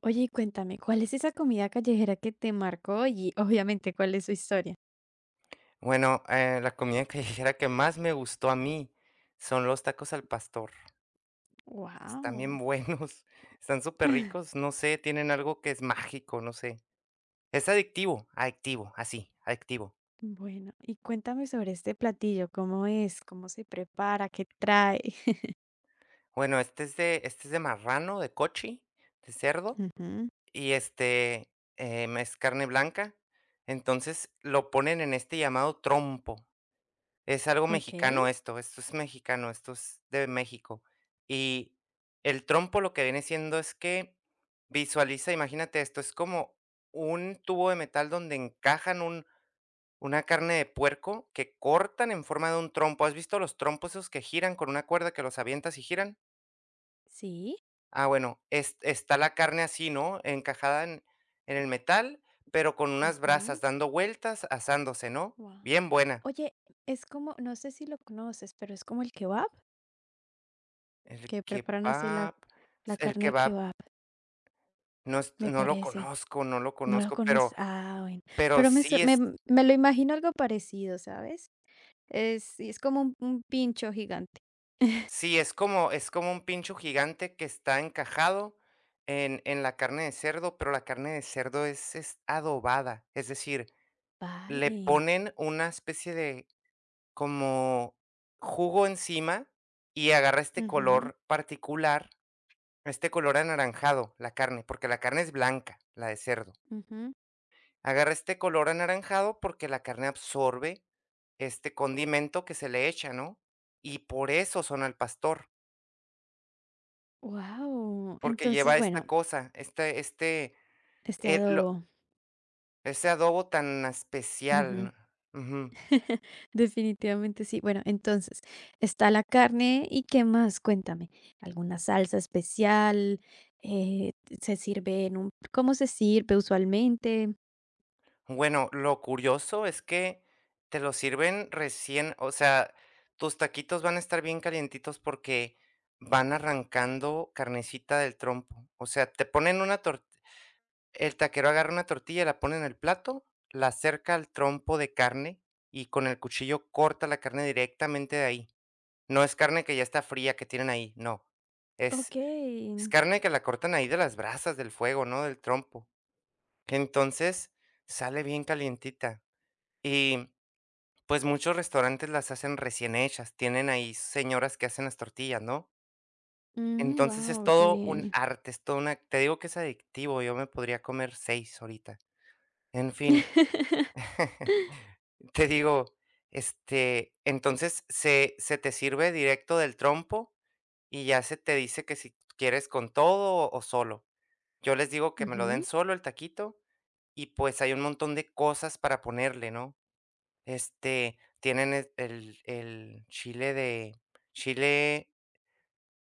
Oye, y cuéntame, ¿cuál es esa comida callejera que te marcó y obviamente cuál es su historia? Bueno, la comida callejera que más me gustó a mí son los tacos al pastor. Están bien Wow. buenos, están súper ricos. No sé, tienen algo que es mágico, no sé. Es adictivo, adictivo, así, adictivo. Bueno, y cuéntame sobre este platillo, ¿cómo es? ¿Cómo se prepara? ¿Qué trae? Bueno, este es de marrano, de cochi, de cerdo, Ujú. y este es carne blanca. Entonces lo ponen en este llamado trompo. Es algo Ok, mexicano esto, esto es mexicano, esto es de México. Y el trompo lo que viene siendo es que visualiza, imagínate esto, es como un tubo de metal donde encajan un una carne de puerco que cortan en forma de un trompo. ¿Has visto los trompos esos que giran con una cuerda que los avientas y giran? sí. Ah, bueno, es está la carne así, ¿no? Encajada en el metal, pero con unas brasas dando vueltas, asándose, ¿no? Wow. Bien buena. Oye, es como, no sé si lo conoces, pero es como el kebab, El que preparan así la, kebab, la el carne de kebab kebab, No est me no lo parece. conozco, no lo No lo conozco, conoces. pero Ah, bueno. pero Pero sí es me lo imagino algo parecido, ¿sabes? Es, es como un pincho gigante. sí, es como un pincho gigante que está encajado en la carne de cerdo, pero la carne de cerdo es adobada, es decir, le Vale. ponen una especie de como jugo encima y agarra este Ujú, color particular, este color anaranjado, la carne, porque la carne es blanca, la de cerdo. ujú. Agarra este color anaranjado porque la carne absorbe este condimento que se le echa, ¿no? Y por eso son al pastor, Wow. porque Entonces, lleva esta bueno, cosa, este este, este lo adobo. ese adobo tan especial, Ujú. ¿no? Ujú. Definitivamente sí. Bueno, entonces, está la carne, ¿y qué más? Cuéntame, ¿alguna salsa especial? Eh, ¿Se sirve en un cómo se sirve usualmente? Bueno, lo curioso es que te lo sirven recién, o sea, tus taquitos van a estar bien calientitos porque van arrancando carnecita del trompo. O sea, te ponen una tor el taquero agarra una tortilla, la pone en el plato, la acerca al trompo de carne y con el cuchillo corta la carne directamente de ahí. No es carne que ya está fría que tienen ahí, no. Es, Okey. es carne que la cortan ahí de las brasas del fuego, ¿no? Del trompo. Entonces sale bien calientita. Y pues muchos restaurantes las hacen recién hechas. Tienen ahí señoras que hacen las tortillas, ¿no? Entonces es Wow, qué todo bien. un arte, es todo una... Te digo que es adictivo, yo me podría comer seis ahorita. En fin. Te digo, entonces se te sirve directo del trompo y ya se te dice que si quieres con todo o solo. Yo les digo que me lo den Ujú. solo el taquito y, pues, hay un montón de cosas para ponerle, ¿no? Tienen el chile,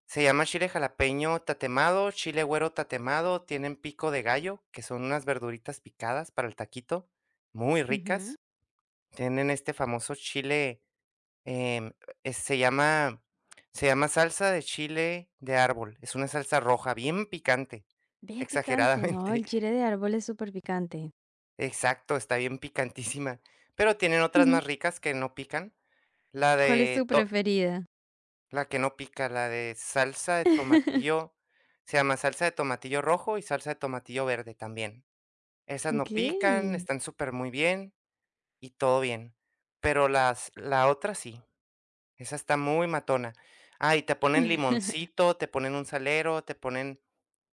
se llama chile jalapeño tatemado, chile güero tatemado, tienen pico de gallo, que son unas verduritas picadas para el taquito, muy Ujú. ricas. Tienen este famoso chile. Em, eh, se llama se llama salsa de chile de árbol, es una salsa roja bien picante, Bien picante, ¿no? El exageradamente. chile de árbol es súper picante. Exacto, está bien picantísima, pero tienen otras Ujú. más ricas que no pican. La ¿Cuál es de tu to preferida? la que no pica, la de salsa de tomatillo, se llama salsa de tomatillo rojo y salsa de tomatillo verde también. Esas no pican, Okey. están súper muy bien y todo bien, pero las la otra sí. Esa está muy matona. Ah, y te ponen limoncito, te ponen un salero, te ponen,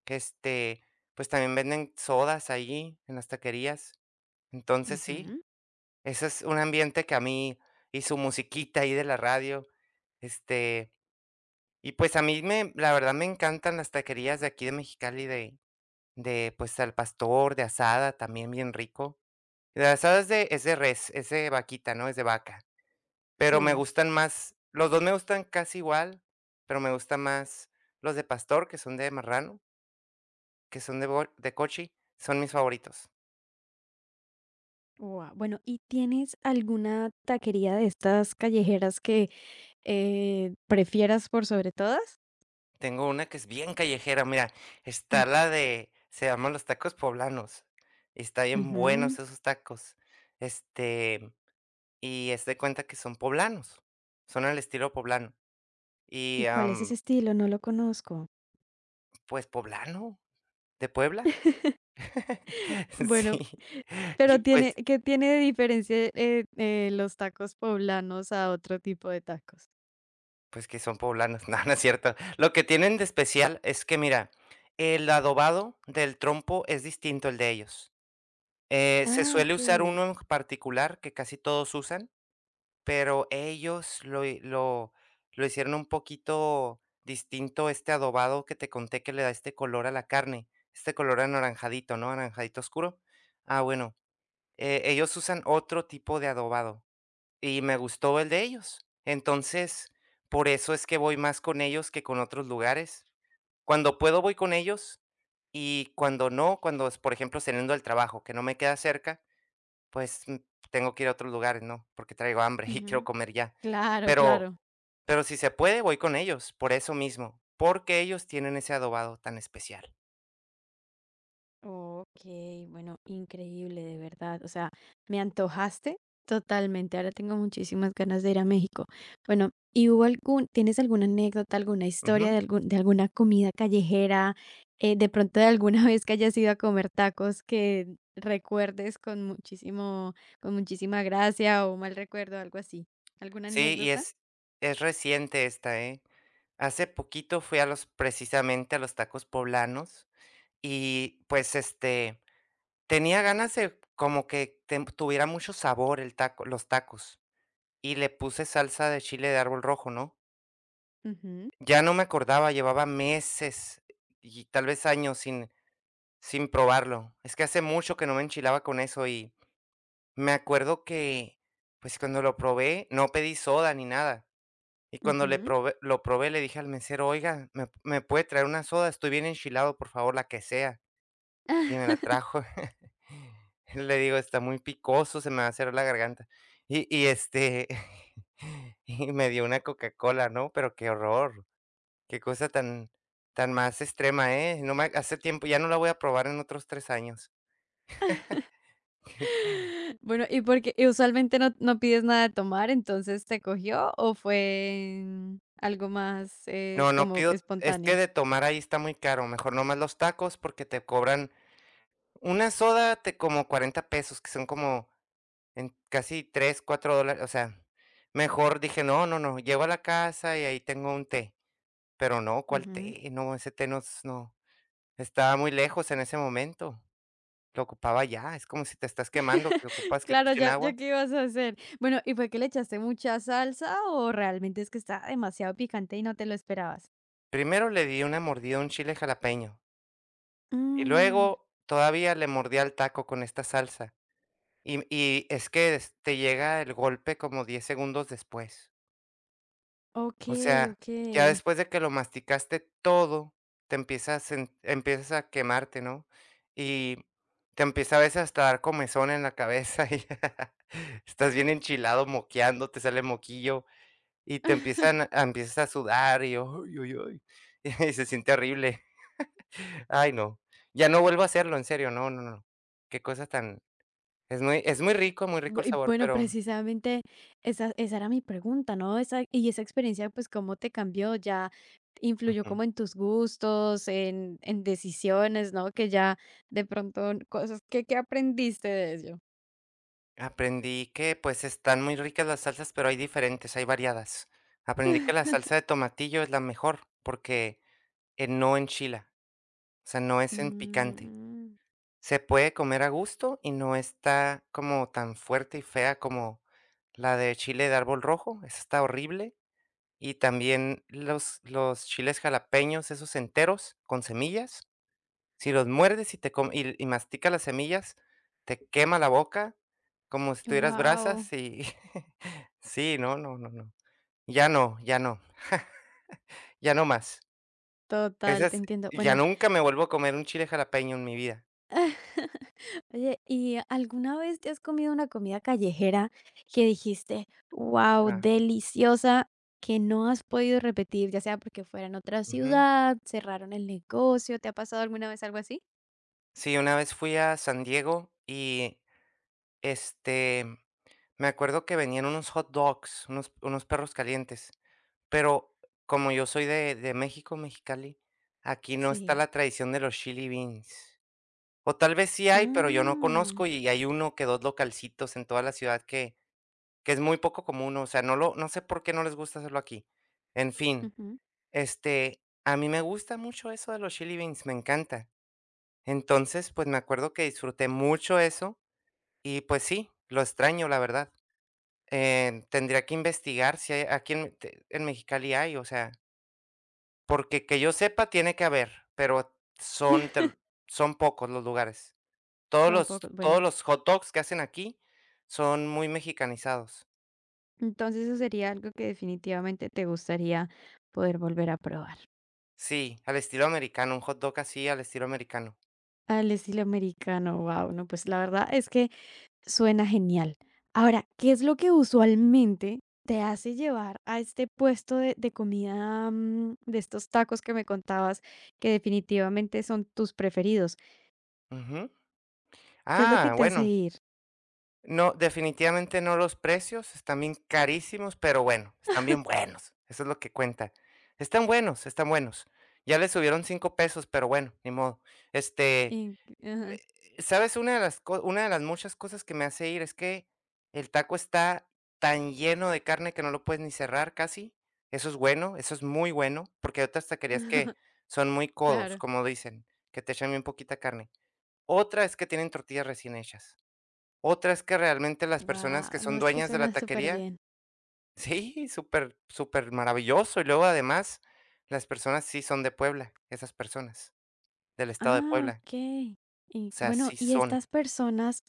este, pues, también venden sodas ahí en las taquerías. Entonces, sí, Ujú. ese es un ambiente que a mí y su musiquita ahí de la radio, este, y, pues, a mí me la verdad me encantan las taquerías de aquí de Mexicali de pues, al pastor, de asada, también bien rico. La asada es de res, es de vaquita, ¿no? Es de vaca. Pero me Sí. gustan más los 2 me gustan casi igual, pero me gustan más los de pastor, que son de marrano, que son de bol de cochi, son mis favoritos. Guau. Bueno, ¿y tienes alguna taquería de estas callejeras que prefieras por sobre todas? Tengo una que es bien callejera, mira, Mm, está la de se llaman los tacos poblanos, y está bien ujú. buenos esos tacos, este, y es de cuenta que son poblanos, son al estilo poblano, ¿Y y, cuál es ese estilo? No lo conozco. pues, poblano, de Puebla, Bueno, sí, pero y, tiene, pues. ¿qué tiene de diferencia, los tacos poblanos a otro tipo de tacos? Pues que son poblanos. No, no es cierto. Lo que tienen de especial es que, mira, el adobado del trompo es distinto al de ellos. Se Ah, suele usar okey. uno en particular que casi todos usan, pero ellos lo hi lo hicieron un poquito distinto este adobado que te conté que le da este color a la carne, este color anaranjadito, ¿no? Anaranjadito oscuro. Ah, bueno, ellos usan otro tipo de adobado. Y me gustó el de ellos. Entonces, por eso es que voy más con ellos que con otros lugares. Cuando puedo voy con ellos y cuando no, cuando es, por ejemplo, saliendo del trabajo, que no me queda cerca, pues, tengo que ir a otros lugares, ¿no? Porque traigo hambre y quiero Ujú. comer ya. Claro, Pero claro. pero si se puede, voy con ellos, por eso mismo, porque ellos tienen ese adobado tan especial. Ok, bueno, increíble, de verdad. O sea, me antojaste totalmente. Ahora tengo muchísimas ganas de ir a México. Bueno, ¿y hubo algún, tienes alguna anécdota, alguna historia Ujú. de algún, de alguna comida callejera, de pronto de alguna vez que hayas ido a comer tacos que recuerdes con muchísimo, con muchísima gracia o mal recuerdo, algo así? ¿Alguna Sí, y anécdota? es reciente esta, ¿eh? Hace poquito fui a los precisamente a los tacos poblanos. Y, pues, tenía ganas de como que ten tuviera mucho sabor el taco los tacos, y le puse salsa de chile de árbol rojo, ¿no? Ujú, Ya no me acordaba, llevaba meses y tal vez años sin probarlo. Es que hace mucho que no me enchilaba con eso y me acuerdo que, pues, cuando lo probé, no pedí soda ni nada. Y cuando le ujú. probé lo probé, le dije al mesero: "Oiga, ¿me puede traer una soda? Estoy bien enchilado, por favor, la que sea". Y me la trajo. Le digo: "Está muy picoso, se me va a cerrar la garganta". Y y, este, y me dio una Coca-Cola, ¿no? Pero qué horror, qué cosa tan más extrema, ¿eh? No me hace tiempo, ya no la voy a probar en otros 3 años. Bueno, ¿y usualmente no pides nada de tomar, entonces te cogió o fue algo más, No, no como pido es que espontáneo? de tomar ahí está muy caro, mejor nomás los tacos, porque te cobran una soda te como 40 pesos, que son como en casi tres cuatro dólares, o sea, mejor dije: "No, no, no, llego a la casa y ahí tengo un té". Pero no, ¿cuál Ujú. té? No, ese té nos no, estaba muy lejos en ese momento, lo ocupaba ya, es como si te estás quemando, que ocupas que te Claro, echen ya ya agua. qué ibas a hacer. Bueno, ¿y fue que le echaste mucha salsa o realmente es que está demasiado picante y no te lo esperabas? Primero le di una mordida a un chile jalapeño, y Mm, luego todavía le mordí al taco con esta salsa, y es que, te llega el golpe como 10 segundos después. O okey, sea, ya okey. después de que lo masticaste todo, te empiezas empiezas a quemarte, ¿no? Y te empieza a veces hasta a dar comezón en la cabeza y estás bien enchilado, moqueando, te sale moquillo y empiezas a sudar y, ay, ay, ay, y se siente horrible. Ay, no. Ya no vuelvo a hacerlo, en serio, no, no, no. Qué cosa tan... Es muy rico, muy rico Bu- el Y sabor, bueno, pero... precisamente esa era mi pregunta, ¿no? Esa, y esa experiencia, pues, ¿cómo te cambió? ¿Ya influyó Ujú. como en tus gustos, en decisiones, ¿no? Que ya de pronto, cosas, ¿qué, qué aprendiste de ello? Aprendí que, pues, están muy ricas las salsas, pero hay diferentes, hay variadas. Aprendí que la salsa de tomatillo es la mejor, porque, no enchila, o sea, no es en picante. Mm, Se puede comer a gusto y no está como tan fuerte y fea como la de chile de árbol rojo, esa está horrible. Y también los chiles jalapeños, esos enteros con semillas. Si los muerdes y te com y masticas las semillas, te quema la boca como si tuvieras wow, brasas y sí, no, no, no, no. Ya no, ya no, ya no más. total, te Esas entiendo. ya Bueno. nunca me vuelvo a comer un chile jalapeño en mi vida. Oye, ¿y alguna vez te has comido una comida callejera que dijiste, wow, Ah, deliciosa, que no has podido repetir, ya sea porque fuera en otra ujú. ciudad, cerraron el negocio, ¿te ha pasado alguna vez algo así? Sí, una vez fui a San Diego y, este, me acuerdo que venían unos hot dogs, unos perros calientes, pero como yo soy de México, Mexicali, aquí no está Sí. la tradición de los chili beans. O tal vez sí hay, pero yo no conozco, Ah, y hay 1 que 2 localcitos en toda la ciudad que es muy poco común, o sea, no sé por qué no les gusta hacerlo aquí. En fin, ujú. A mí me gusta mucho eso de los chili beans, me encanta. Entonces, pues, me acuerdo que disfruté mucho eso y, pues sí, lo extraño, la verdad. Tendría que investigar si hay aquí en Mexicali hay, o sea, porque que yo sepa tiene que haber, pero son pocos los lugares. Todos Son los pocos. todos Bueno, los hot dogs que hacen aquí son muy mexicanizados. entonces eso sería algo que definitivamente te gustaría poder volver a probar. Sí, al estilo americano, un hot dog así al estilo americano. Al estilo americano, wow, no, pues la verdad es que suena genial. Ahora, ¿qué es lo que usualmente te hace llevar a este puesto de comida, mm, de estos tacos que me contabas, que definitivamente son tus preferidos? Ujú. ¿Qué es lo que Ah, te hace bueno, ir? no, definitivamente no los precios, están bien carísimos, pero bueno, están bien buenos, eso es lo que cuenta. Están buenos, están buenos. Ya le subieron 5 pesos, pero bueno, ni modo. Este, Y- Eh, ajá. ¿Sabes? Una de las muchas cosas que me hace ir es que el taco está tan lleno de carne que no lo puedes ni cerrar casi. Eso es bueno, eso es muy bueno, porque hay otras taquerías que son muy codos, Claro. como dicen, que te echan bien poquita carne. Otra es que tienen tortillas recién hechas. Otra es que realmente las personas que Wow, no, son es que dueñas de la suena súper taquería bien. sí, súper súper maravilloso. Y luego además las personas sí son de Puebla, esas personas, del estado de Ah, Puebla. okey. Y O sea, bueno, sí ¿y son estas personas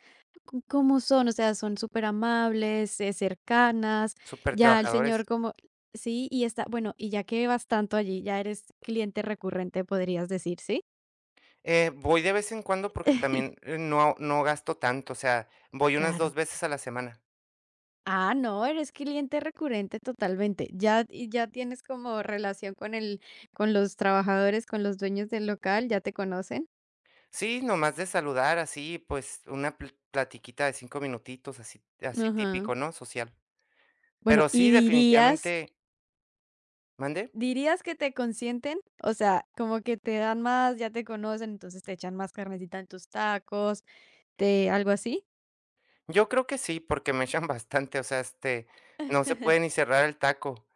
c cómo son? O sea, ¿son superamables, cercanas? súper Ya el señor trabajadores. como sí, y está bueno, y ya que vas tanto allí, ya eres cliente recurrente, podrías decir, ¿sí? Voy de vez en cuando porque también, no gasto tanto, o sea, voy unas dos Claro. veces a la semana. Ah, no, eres cliente recurrente totalmente. Ya y ya tienes como relación con el con los trabajadores, con los dueños del local, ya te conocen. Sí, nomás de saludar así, pues, una pl platiquita de 5 minutitos, así así Ajá. típico, ¿no?, social. Bueno, Pero ¿y sí, dirías definitivamente. ¿Mande? ¿dirías que te consienten? O sea, como que te dan más, ya te conocen, entonces te echan más carnecita en tus tacos, te algo así. Yo creo que sí, porque me echan bastante, o sea, no se puede ni cerrar el taco.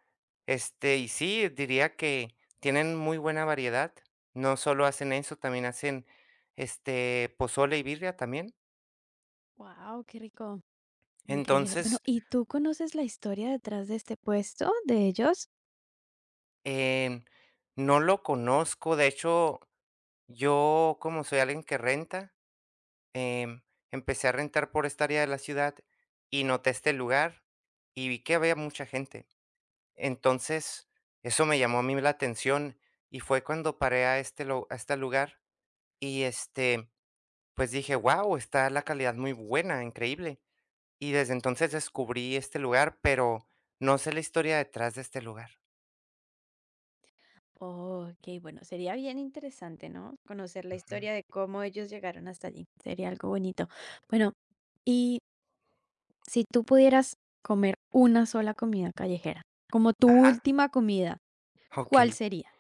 Y sí, diría que tienen muy buena variedad, no solo hacen eso, también hacen, pozole y birria también. Wow, qué rico, increíble. Bueno, Entonces ¿y tú conoces la historia detrás de este puesto de ellos? Em, no lo conozco, de hecho, yo como soy alguien que renta, em, empecé a rentar por esta área de la ciudad y noté este lugar y vi que había mucha gente. Entonces, eso me llamó a mí la atención y fue cuando paré a este lugar y pues dije, wow, está la calidad muy buena, increíble. Y desde entonces descubrí este lugar, pero no sé la historia detrás de este lugar. Oh, ok, bueno, sería bien interesante, ¿no? Conocer la Ujú. historia de cómo ellos llegaron hasta allí. Sería algo bonito. Bueno, y si tú pudieras comer una sola comida callejera, como tu Ajá, última comida, ok. ¿cuál sería?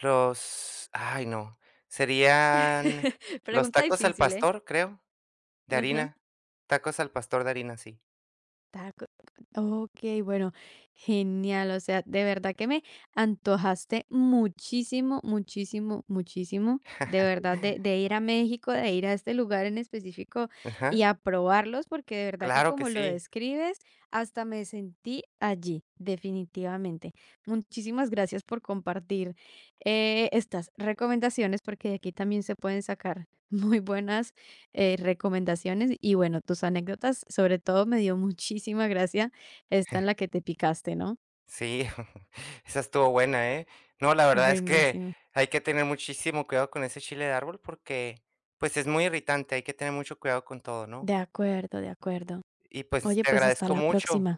Los ay, no, Serían los Pregunta tacos al difícil, ¿eh? pastor, creo, de Ajá. harina. Tacos al pastor de harina, sí. Taco, okey, bueno, genial. O sea, de verdad que me antojaste muchísimo, muchísimo, muchísimo, de verdad, de ir a México, de ir a este lugar en específico y Ajá, a probarlos, porque de verdad que claro que como lo sí. describes, hasta me sentí allí, definitivamente. Muchísimas gracias por compartir, estas recomendaciones, porque de aquí también se pueden sacar muy buenas recomendaciones y bueno, tus anécdotas, sobre todo me dio muchísima gracia esta en la que te picaste, ¿no? Sí, esa estuvo buena, ¿eh? No, la verdad es que Buenísimo. hay que tener muchísimo cuidado con ese chile de árbol porque, pues, es muy irritante, hay que tener mucho cuidado con todo, ¿no? De acuerdo, de acuerdo. Y, pues, Oye, te pues hasta agradezco la mucho. próxima.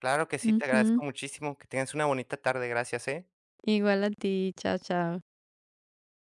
Claro que sí, te Ujú. agradezco muchísimo. Que tengas una bonita tarde. Gracias, ¿eh? Igual a ti, chao, chao.